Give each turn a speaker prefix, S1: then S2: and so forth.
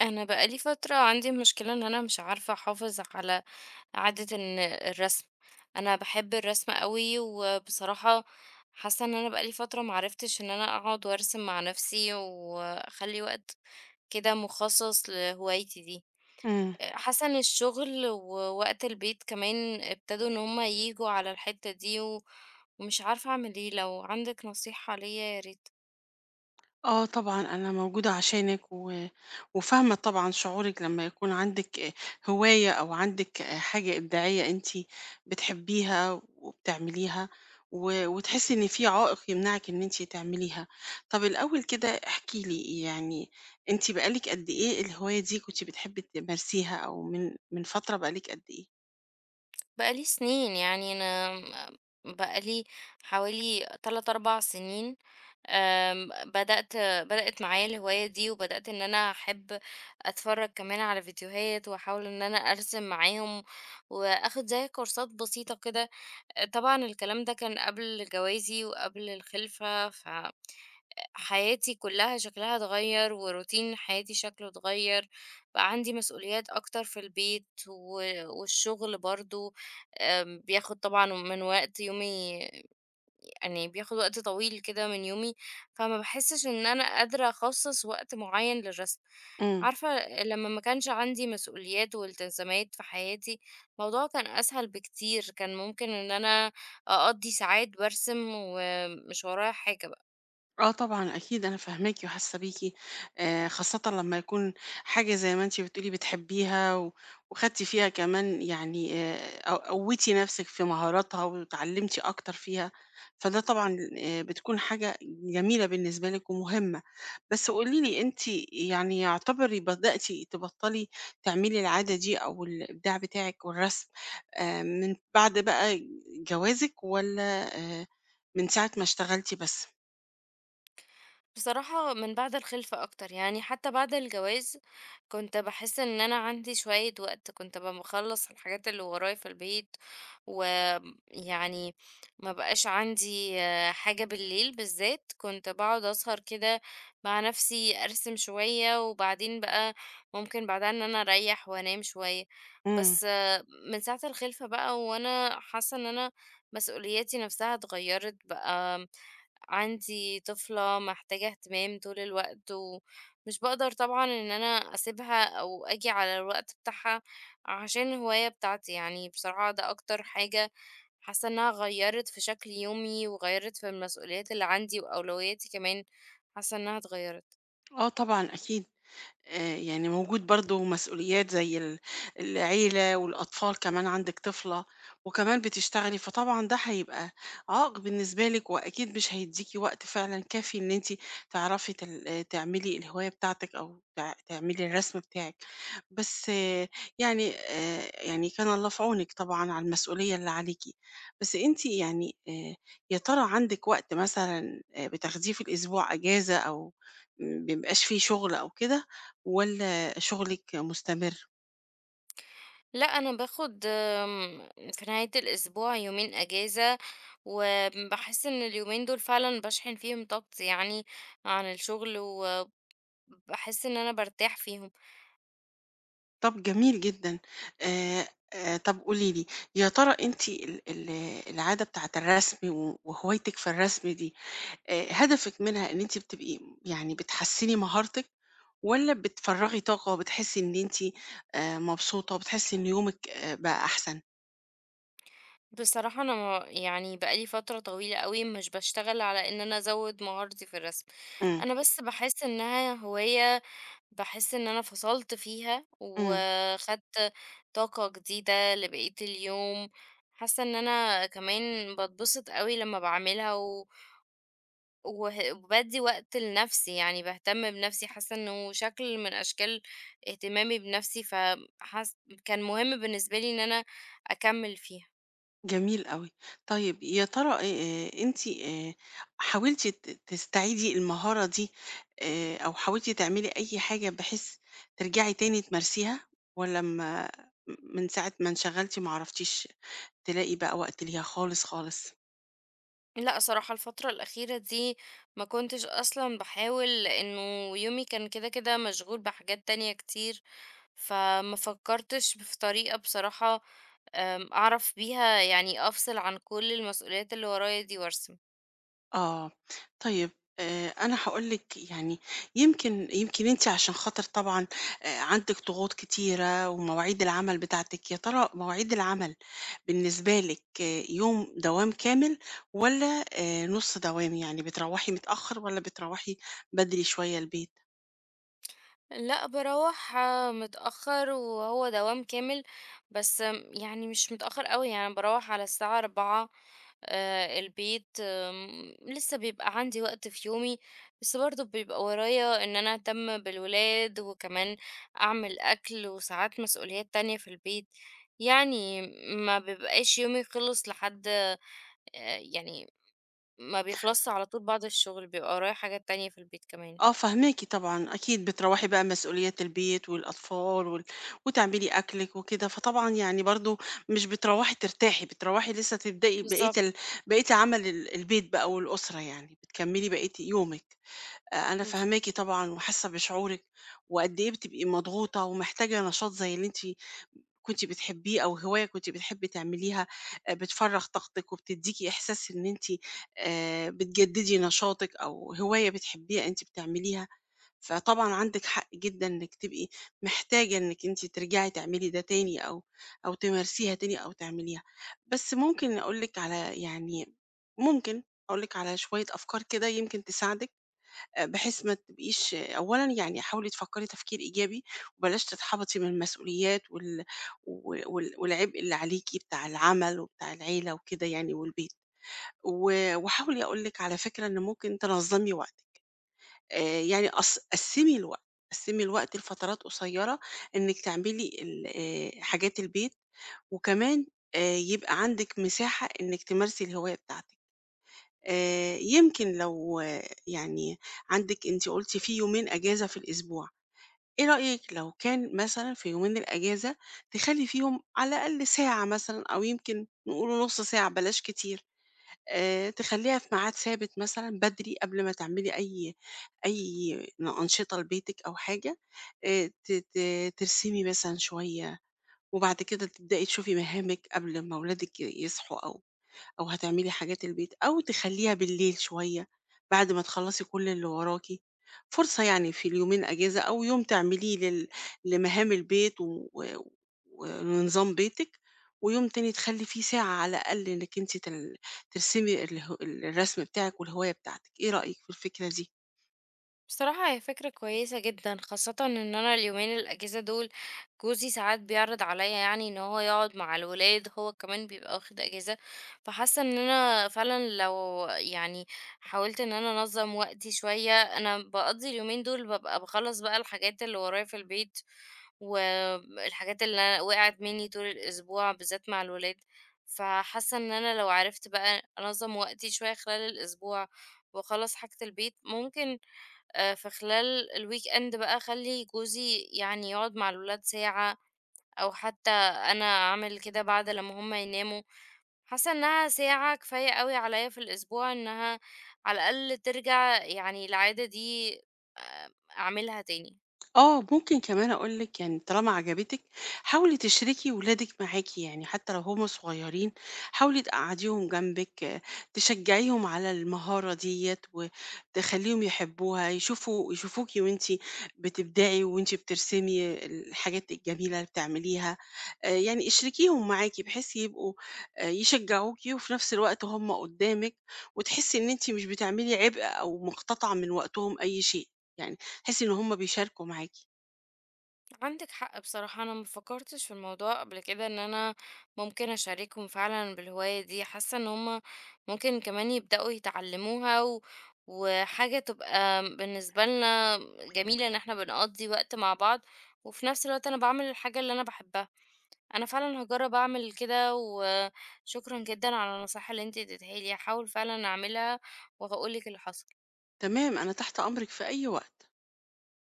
S1: انا بقالي فترة عندي مشكلة ان انا مش عارفة احافظ على عادة ان الرسم. انا بحب الرسم قوي، وبصراحة حاسة ان انا بقالي فترة معرفتش ان انا اقعد وارسم مع نفسي واخلي وقت كده مخصص لهوايتي دي.
S2: إمم.
S1: حاسة ان الشغل ووقت البيت كمان ابتدوا ان هما ييجوا على الحتة دي ومش عارفة اعمل ايه، لو عندك نصيحة ليا يا ريت.
S2: آه طبعًا، أنا موجودة عشانِك وفاهمة طبعًا شعورِك لمّا يكون عندِك هواية، أو عندِك حاجة إبداعية أنتِ بتحبيها وبتعمليها، وتحسّي إن في عائق يمنعِك إن أنتِ تعمليها. طَب الأول كده احكي لي، يعني أنتِ بقى لِك قد إيه الهواية دي كنتِ بتحبي تمارسيها؟ أو من فترة بقى لِك قد إيه؟
S1: بقى لي سنين يعني أنا بقى لي حوالي 3، 4 سنين. بدأت معايا الهواية دي، وبدأت إن أنا أحب أتفرّج كمان على فيديوهات، وأحاول إن أنا أرسم معاهم، وآخد زي كورسات بسيطة كده. طبعًا الكلام ده كان قبل جوازي وقبل الخلفة، ف حياتي كلها شكلها اتغير وروتين حياتي شكله اتغير. بقى عندي مسؤوليات أكتر في البيت والشغل برضو بياخد طبعا من وقت يومي، يعني بياخد وقت طويل كده من يومي، فما بحسش إن أنا قادرة أخصص وقت معين للرسم.
S2: إمم.
S1: عارفة لما ما كانش عندي مسؤوليات والتزامات في حياتي الموضوع كان أسهل بكتير، كان ممكن إن أنا أقضي ساعات برسم ومش ورايا حاجة.
S2: آه طبعًا، أكيد أنا فاهماكِ وحاسة بيكِ، خاصةً لمّا يكون حاجة زي ما أنتِ بتقولي بتحبيها وخدتِ فيها كمان، يعني قوّيتِ نَفْسِك في مهاراتها واتعلّمتِ أكتر فيها، فده طبعًا بتكون حاجة جميلة بالنسبة لِك ومهمة. بس قولي لي أنتِ، يعني يعتبري بدأتِ تبطّلي تعملي العادة دي أو الإبداع بتاعِك والرسم من بعد بقى جوازِك، والّا من ساعة ما اشتغلتِ بس؟
S1: بصراحة من بعد الخلفة أكتر، يعني حتى بعد الجواز كنت بحس إن أنا عندي شوية وقت، كنت ببقى بخلص الحاجات اللي ورايا في البيت ويعني ما بقاش عندي، حاجة بالليل بالذات كنت بقعد أسهر كده مع نفسي أرسم شوية وبعدين بقى ممكن بعدها إن أنا أريح وأنام شوية.
S2: إمم.
S1: بس من ساعة الخلفة بقى وأنا حاسة إن أنا مسؤولياتي نفسها اتغيرت. بقى عندي طفلة محتاجة اهتمام طول الوقت، ومش بقدر طبعا ان انا اسيبها او اجي على الوقت بتاعها عشان الهواية بتاعتي. يعني بصراحة ده اكتر حاجة حاسة انها غيرت في شكل يومي وغيرت في المسؤوليات اللي عندي، واولوياتي كمان حاسة انها اتغيرت.
S2: آه طبعًا، أكيد. يعني موجود برضه مسؤوليات زي العيلة والأطفال، كمان عندِك طفلة، وكمان بتشتغلي، فطبعًا ده هيبقى عائق بالنسبة لِك، وأكيد مش هيدّيكِ وقت فعلًا كافي إن أنتِ تعرفي تل آه، تعملي الهواية بتاعتِك، أو تعملي الرسم بتاعِك. بس يعني كان الله في عونِك طبعًا على المسؤولية اللي عليكِ. بس أنتِ، يعني يا ترى عندِك وقت مثلًا بتاخديه في الأسبوع أجازة، أو ما بيبقاش في شغل أو كده؟ والّا شغلِك مستمر؟
S1: لا انا باخد في نهاية الاسبوع يومين اجازة، وبحس ان اليومين دول فعلا بشحن فيهم طاقتي يعني عن الشغل، وبحس ان انا برتاح فيهم.
S2: طَب جميل جدًا. آآ، طَب قولي لي، يا ترى أنتِ ال ال العادة بتاعة الرسم وهوايتِك في الرسم دي، هدفِك منها إن أنتِ بتبقي، يعني، بتحسّني مهارتِك؟ والّا بتفرّغي طاقة، بتحسّي إن أنتِ مبسوطة، بتحسّي إن يومِك بقى أحسن؟
S1: بصراحة أنا يعني بقالي فترة طويلة قوي مش بشتغل على إن أنا أزود مهارتي في الرسم،
S2: إمم،
S1: أنا بس بحس إنها هواية، بحس إن أنا فصلت فيها
S2: إمم.
S1: وخدت طاقة جديدة لبقية اليوم. حاسة إن أنا كمان بتبسط قوي لما بعملها وبدي وقت لنفسي، يعني بهتم بنفسي، حاسة إنه شكل من أشكال اهتمامي بنفسي كان مهم بالنسبة لي إن أنا أكمل فيها.
S2: جميل أوي. طيب، يا ترى أنتِ حاولتِ تستعيدي المهارة دي، أو حاولتِ تعملي أي حاجة بحيث ترجعي تاني تمارسيها؟ والّا ما، من ساعة ما انشغلتِ، ما عرفتيش تلاقي بقى وقت ليها خالص، خالص؟
S1: لأ صراحة الفترة الأخيرة دي ما كنتش أصلًا باحاول، لإنه يومي كان كده كده مشغول بحاجات تانية كتير، فما فكرتش في طريقة بصراحة أعرف بيها يعني أفصل عن كل المسؤوليات اللي ورايا دي وأرسم.
S2: آه، طيب، أنا هاقول لِك، يعني يمكن أنتِ، عشان خاطر طبعًا عندِك ضغوط كتيرة ومواعيد العمل بتاعتِك. يا ترى مواعيد العمل بالنسبة لِك يوم دوام كامل، والّا نُص دوام؟ يعني بتروّحي متأخر، والّا بتروّحي بدري شوية البيت؟
S1: لأ، باروّح متأخّر وهو دوام كامل، بس يعني مش متأخّر أوي، يعني باروّح على الساعة 16:00. البيت لسه بيبقى عندي وقت في يومي، بس برضه بيبقى ورايا إن أنا أهتم بالولاد، وكمان أعمل أكل، وساعات مسؤوليات تانية في البيت. يعني ما بيبقاش يومي خلص لحد يعني ما بيخلصش على طول بعد الشغل، بيبقى ورايا حاجات تانية في البيت كمان.
S2: آه، فاهماكِ طبعًا. أكيد بتروّحي بقى مسؤوليات البيت والأطفال، وتعملي أكلِك وكده، فطبعًا يعني برضه مش بتروّحي ترتاحي، بتروّحي لسه تبدئي
S1: بالضبط.
S2: بقية عمل البيت بقى والأسرة، يعني بتكمّلي بقية يومِك. أنا
S1: بالضبط.
S2: فاهماكِ طبعًا وحاسة بشعورِك، وقد إيه بتبقي مضغوطة ومحتاجة نشاط زي اللي أنتِ كنتِ بتحبيه، أو هواية كنتِ بتحبي تعمليها، بتفرّغ طاقتِك وبتدّيكِ إحساس إن أنتِ بتجدّدي نشاطِك، أو هواية بتحبيها أنتِ بتعمليها. فطبعًا عندِك حق جدًا إنِّك تبقي محتاجة إنِّك أنتِ ترجعي تعملي ده تاني، أو تمارسيها تاني، أو تعمليها. بس ممكن أقول لِك على يعني ممكن أقول لِك على شوية أفكار كده يمكن تساعدِك، بحيث ما تبقيش. أولًا، يعني حاولي تفكّري تفكير إيجابي، وبلاش تتحبطي من المسؤوليات وال و وال والعبء اللي عليكِ بتاع العمل وبتاع العيلة وكده، يعني والبيت. وحاولي، أقول لِك على فكرة إن ممكن تنظّمي وقتِك. يعني قسّمي الوقت، قسّمي الوقت لفترات قصيّرة إنِّك تعملي ال حاجات البيت، وكمان يبقى عندِك مساحة إنِّك تمارسي الهواية بتاعتِك. يمكن لو، يعني عندِك، أنتِ قُلتِ في يومين أجازة في الأسبوع، إيه رأيِك لو كان مثلًا في يومين الأجازة تخلّي فيهم على الأقل ساعة، مثلًا، أو يمكن نقول نُص ساعة، بلاش كتير. تخلّيها في ميعاد ثابت، مثلًا بدري قبل ما تعملي أي أنشطة لبيتِك أو حاجة، ت ت ترسمي مثلًا شوية، وبعد كده تبدئي تشوفي مهامِك قبل ما ولادِك يصحوا، أو هتعملي حاجات البيت، أو تخلّيها بالليل شوية بعد ما تخلّصي كل اللي وراكِ. فرصة، يعني في اليومين أجازة، أو يوم تعمليه لمهام البيت ولنظام بيتِك، ويوم تاني تخلّي فيه ساعة على الأقل إنِّك أنتِ ترسمي الرسم بتاعِك والهواية بتاعتِك. إيه رأيِك في الفكرة دي؟
S1: بصراحة هي فكرة كويسة جدا، خاصة ان انا اليومين الاجازة دول جوزي ساعات بيعرض عليا يعني ان هو يقعد مع الولاد، هو كمان بيبقى واخد اجازة. فحاسة ان انا فعلا لو يعني حاولت ان انا انظم وقتي شوية، انا بقضي اليومين دول ببقى بخلص بقى الحاجات اللي ورايا في البيت والحاجات اللي أنا وقعت مني طول الاسبوع بالذات مع الولاد. فحاسة ان انا لو عرفت بقى انظم وقتي شوية خلال الاسبوع واخلص حاجة البيت ممكن في خلال الweekend بقى أخلّي جوزي يعني يقعد مع الولاد ساعة، أو حتى أنا أعمل كده بعد لمّا هُم يناموا. حاسة إنها ساعة كفاية أوي عليَّ في الأسبوع، إنها على الأقل ترجع يعني العادة دي آآ، أعملها تاني.
S2: آه، ممكن كمان أقول لِك، يعني طالما عجبتِك، حاولي تشركي ولادِك معاكِ، يعني حتى لو هُم صغيرين، حاولي تقعّديهم جنبِك، تشجّعيهم على المهارة ديّة وتخلّيهم يحبوها، يشوفوكِ وأنتِ بتبدعي وأنتِ بترسمي الحاجات الجميلة اللي بتعمليها. يعني اشركيهم معاكِ بحيث يبقوا يشجّعوكِ، وفي نفس الوقت هُم قدّامِك، وتحسّي إن أنتِ مش بتعملي عبء أو مقتطعة من وقتهم أي شيء، يعني تحسي إن هم بيشاركوا معاكِ.
S1: عندك حق، بصراحة أنا مفكرتش في الموضوع قبل كده إن أنا ممكن أشاركهم فعلا بالهواية دي. حاسة إن هما ممكن كمان يبدأوا يتعلموها وحاجة تبقى بالنسبة لنا جميلة إن احنا بنقضي وقت مع بعض، وفي نفس الوقت أنا بعمل الحاجة اللي أنا بحبها. أنا فعلا هجرب أعمل كده، وشكرا جدا على النصيحة اللي انتي اديتها لي، هحاول فعلا أعملها وهقولك اللي حصل.
S2: تمام، أنا تحت أمرِك في أي وقت.